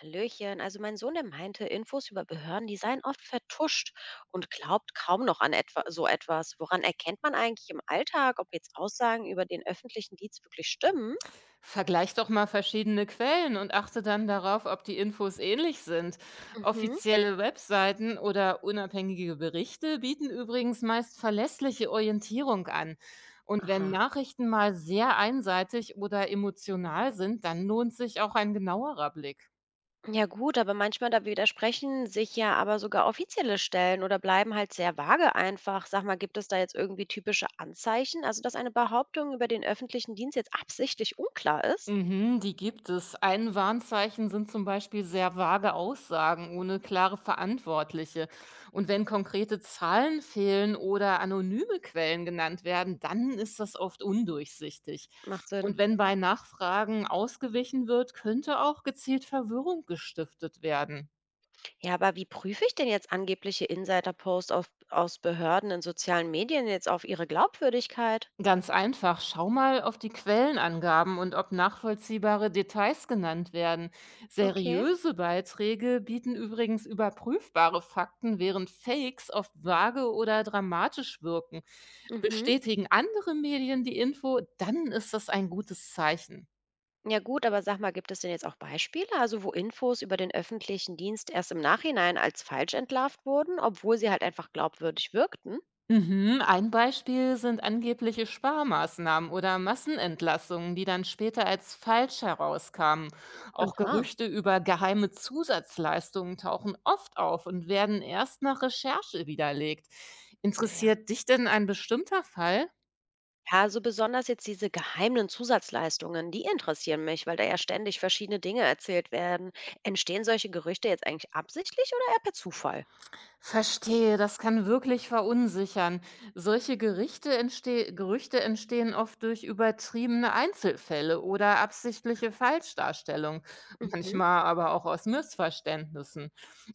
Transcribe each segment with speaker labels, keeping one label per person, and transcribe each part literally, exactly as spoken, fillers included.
Speaker 1: Hallöchen, also mein Sohn, der meinte, Infos über Behörden, die seien oft vertuscht und glaubt kaum noch an etwa, so etwas. Woran erkennt man eigentlich im Alltag, ob jetzt Aussagen über den öffentlichen Dienst wirklich stimmen?
Speaker 2: Vergleich doch mal verschiedene Quellen und achte dann darauf, ob die Infos ähnlich sind.
Speaker 1: Mhm.
Speaker 2: Offizielle Webseiten oder unabhängige Berichte bieten übrigens meist verlässliche Orientierung an. Und wenn
Speaker 1: Aha.
Speaker 2: Nachrichten mal sehr einseitig oder emotional sind, dann lohnt sich auch ein genauerer Blick.
Speaker 1: Ja gut, aber manchmal da widersprechen sich ja aber sogar offizielle Stellen oder bleiben halt sehr vage einfach. Sag mal, gibt es da jetzt irgendwie typische Anzeichen, also dass eine Behauptung über den öffentlichen Dienst jetzt absichtlich unklar ist?
Speaker 2: Mhm, die gibt es. Ein Warnzeichen sind zum Beispiel sehr vage Aussagen ohne klare Verantwortliche. Und wenn konkrete Zahlen fehlen oder anonyme Quellen genannt werden, dann ist das oft undurchsichtig.
Speaker 1: Macht Sinn.
Speaker 2: Und wenn bei Nachfragen ausgewichen wird, könnte auch gezielt Verwirrung gestiftet werden.
Speaker 1: Ja, aber wie prüfe ich denn jetzt angebliche Insider-Posts auf- aus Behörden in sozialen Medien jetzt auf ihre Glaubwürdigkeit?
Speaker 2: Ganz einfach, schau mal auf die Quellenangaben und ob nachvollziehbare Details genannt werden.
Speaker 1: Okay.
Speaker 2: Seriöse Beiträge bieten übrigens überprüfbare Fakten, während Fakes oft vage oder dramatisch wirken.
Speaker 1: Mhm.
Speaker 2: Bestätigen andere Medien die Info, dann ist das ein gutes Zeichen.
Speaker 1: Ja gut, aber sag mal, gibt es denn jetzt auch Beispiele, also wo Infos über den öffentlichen Dienst erst im Nachhinein als falsch entlarvt wurden, obwohl sie halt einfach glaubwürdig wirkten?
Speaker 2: Mhm. Ein Beispiel sind angebliche Sparmaßnahmen oder Massenentlassungen, die dann später als falsch herauskamen. Auch
Speaker 1: Aha,
Speaker 2: Gerüchte über geheime Zusatzleistungen tauchen oft auf und werden erst nach Recherche widerlegt.
Speaker 1: verstehe.
Speaker 2: Interessiert dich denn ein bestimmter Fall?
Speaker 1: Ja, also besonders jetzt diese geheimen Zusatzleistungen, die interessieren mich, weil da ja ständig verschiedene Dinge erzählt werden. Entstehen solche Gerüchte jetzt eigentlich absichtlich oder eher per Zufall?
Speaker 2: Verstehe, das kann wirklich verunsichern. Solche Gerichte entsteh Gerüchte entstehen oft durch übertriebene Einzelfälle oder absichtliche Falschdarstellung,
Speaker 1: Mhm.
Speaker 2: manchmal aber auch aus Missverständnissen.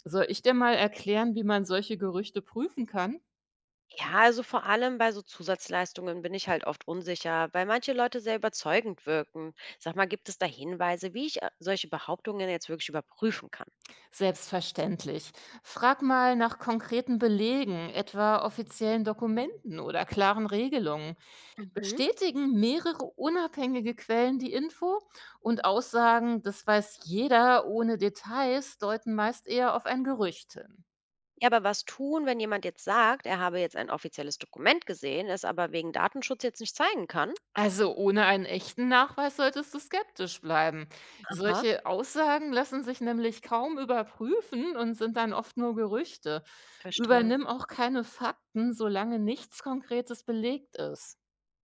Speaker 2: Soll ich dir mal erklären, wie man solche Gerüchte prüfen kann?
Speaker 1: Ja, also vor allem bei so Zusatzleistungen bin ich halt oft unsicher, weil manche Leute sehr überzeugend wirken. Sag mal, gibt es da Hinweise, wie ich äh, solche Behauptungen jetzt wirklich überprüfen kann?
Speaker 2: Selbstverständlich. Frag mal nach konkreten Belegen, etwa offiziellen Dokumenten oder klaren Regelungen.
Speaker 1: Mhm.
Speaker 2: Bestätigen mehrere unabhängige Quellen die Info und Aussagen, das weiß jeder ohne Details, deuten meist eher auf ein Gerücht hin.
Speaker 1: Ja, aber was tun, wenn jemand jetzt sagt, er habe jetzt ein offizielles Dokument gesehen, es aber wegen Datenschutz jetzt nicht zeigen kann?
Speaker 2: Also ohne einen echten Nachweis solltest du skeptisch bleiben.
Speaker 1: Aha,
Speaker 2: Solche Aussagen lassen sich nämlich kaum überprüfen und sind dann oft nur Gerüchte.
Speaker 1: verstehe.
Speaker 2: Übernimm auch keine Fakten, solange nichts Konkretes belegt ist.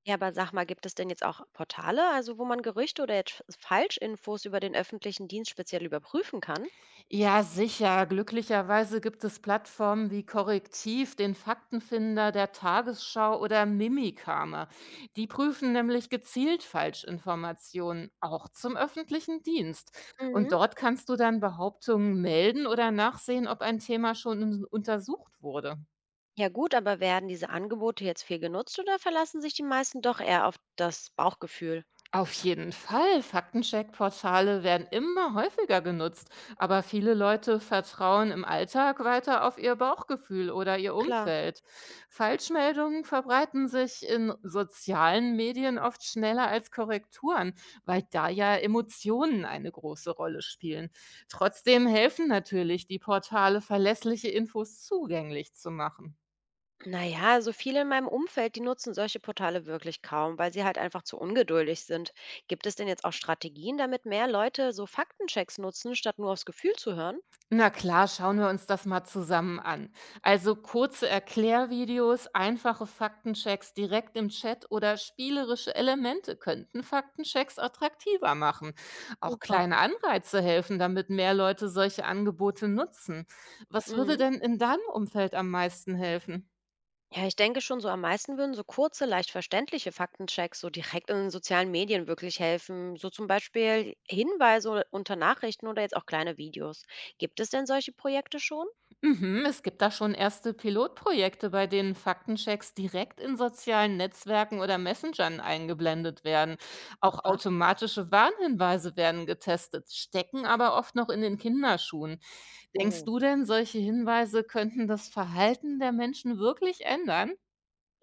Speaker 1: Ja, aber sag mal, gibt es denn jetzt auch Portale, also wo man Gerüchte oder jetzt Falschinfos über den öffentlichen Dienst speziell überprüfen kann?
Speaker 2: Ja, sicher. Glücklicherweise gibt es Plattformen wie Korrektiv, den Faktenfinder der Tagesschau oder Mimikama. Die prüfen nämlich gezielt Falschinformationen, auch zum öffentlichen Dienst. Und
Speaker 1: Mhm.
Speaker 2: dort kannst du dann Behauptungen melden oder nachsehen, ob ein Thema schon untersucht wurde.
Speaker 1: Ja gut, aber werden diese Angebote jetzt viel genutzt oder verlassen sich die meisten doch eher auf das Bauchgefühl?
Speaker 2: Auf jeden Fall. Faktencheck-Portale werden immer häufiger genutzt, aber viele Leute vertrauen im Alltag weiter auf ihr Bauchgefühl oder ihr
Speaker 1: Klar.
Speaker 2: Umfeld. Falschmeldungen verbreiten sich in sozialen Medien oft schneller als Korrekturen, weil da ja Emotionen eine große Rolle spielen. Trotzdem helfen natürlich die Portale, verlässliche Infos zugänglich zu machen.
Speaker 1: Naja, also viele in meinem Umfeld, die nutzen solche Portale wirklich kaum, weil sie halt einfach zu ungeduldig sind. Gibt es denn jetzt auch Strategien, damit mehr Leute so Faktenchecks nutzen, statt nur aufs Gefühl zu hören?
Speaker 2: Na klar, schauen wir uns das mal zusammen an. Also kurze Erklärvideos, einfache Faktenchecks direkt im Chat oder spielerische Elemente könnten Faktenchecks attraktiver machen. Auch
Speaker 1: Super.
Speaker 2: kleine Anreize helfen, damit mehr Leute solche Angebote nutzen. Was würde
Speaker 1: Mhm.
Speaker 2: denn in deinem Umfeld am meisten helfen?
Speaker 1: Ja, ich denke schon, so am meisten würden so kurze, leicht verständliche Faktenchecks so direkt in den sozialen Medien wirklich helfen. So zum Beispiel Hinweise unter Nachrichten oder jetzt auch kleine Videos. Gibt es denn solche Projekte schon?
Speaker 2: Mhm, es gibt da schon erste Pilotprojekte, bei denen Faktenchecks direkt in sozialen Netzwerken oder Messengern eingeblendet werden. Auch
Speaker 1: Aha.
Speaker 2: automatische Warnhinweise werden getestet, stecken aber oft noch in den Kinderschuhen. Denkst
Speaker 1: Oh.
Speaker 2: du denn, solche Hinweise könnten das Verhalten der Menschen wirklich ändern?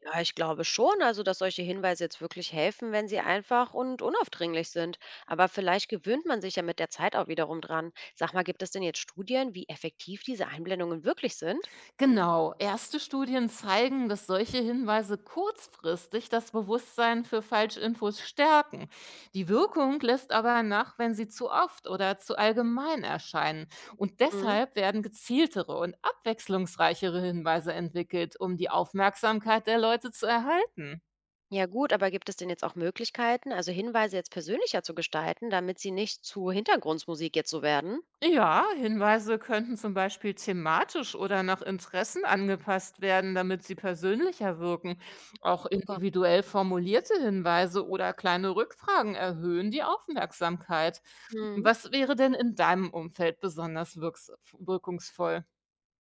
Speaker 1: Ja, ich glaube schon, also dass solche Hinweise jetzt wirklich helfen, wenn sie einfach und unaufdringlich sind. Aber vielleicht gewöhnt man sich ja mit der Zeit auch wiederum dran. Sag mal, gibt es denn jetzt Studien, wie effektiv diese Einblendungen wirklich sind?
Speaker 2: Genau, erste Studien zeigen, dass solche Hinweise kurzfristig das Bewusstsein für Falschinfos stärken. Die Wirkung lässt aber nach, wenn sie zu oft oder zu allgemein erscheinen. Und
Speaker 1: Mhm.
Speaker 2: deshalb werden gezieltere und abwechslungsreichere Hinweise entwickelt, um die Aufmerksamkeit der Leute zu erhalten.
Speaker 1: Ja gut, aber gibt es denn jetzt auch Möglichkeiten, also Hinweise jetzt persönlicher zu gestalten, damit sie nicht zu Hintergrundmusik jetzt so werden?
Speaker 2: Ja, Hinweise könnten zum Beispiel thematisch oder nach Interessen angepasst werden, damit sie persönlicher wirken. Auch
Speaker 1: Super.
Speaker 2: individuell formulierte Hinweise oder kleine Rückfragen erhöhen die Aufmerksamkeit.
Speaker 1: Mhm.
Speaker 2: Was wäre denn in deinem Umfeld besonders wirks wirkungsvoll?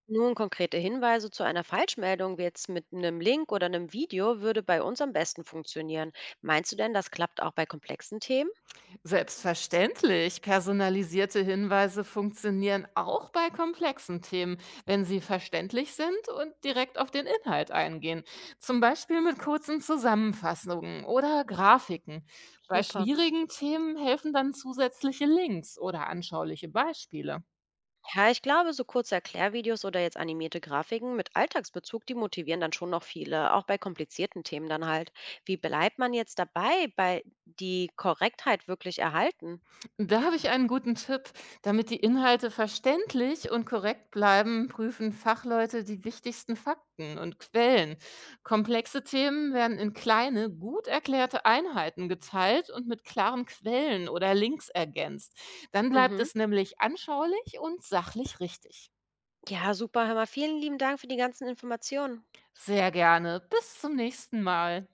Speaker 1: Nun, konkrete Hinweise zu einer Falschmeldung, wie jetzt mit einem Link oder einem Video, würde bei uns am besten funktionieren. Meinst du denn, das klappt auch bei komplexen Themen?
Speaker 2: Selbstverständlich. Personalisierte Hinweise funktionieren auch bei komplexen Themen, wenn sie verständlich sind und direkt auf den Inhalt eingehen. Zum Beispiel mit kurzen Zusammenfassungen oder Grafiken. Bei
Speaker 1: Super.
Speaker 2: schwierigen Themen helfen dann zusätzliche Links oder anschauliche Beispiele.
Speaker 1: Ja, ich glaube, so kurze Erklärvideos oder jetzt animierte Grafiken mit Alltagsbezug, die motivieren dann schon noch viele, auch bei komplizierten Themen dann halt. Wie bleibt man jetzt dabei, bei die Korrektheit wirklich erhalten?
Speaker 2: Da habe ich einen guten Tipp. Damit die Inhalte verständlich und korrekt bleiben, prüfen Fachleute die wichtigsten Fakten und Quellen. Komplexe Themen werden in kleine, gut erklärte Einheiten geteilt und mit klaren Quellen oder Links ergänzt. Dann bleibt
Speaker 1: Mhm.
Speaker 2: es nämlich anschaulich und sachlich richtig.
Speaker 1: Ja, super, hör mal, vielen lieben Dank für die ganzen Informationen.
Speaker 2: Sehr gerne. Bis zum nächsten Mal.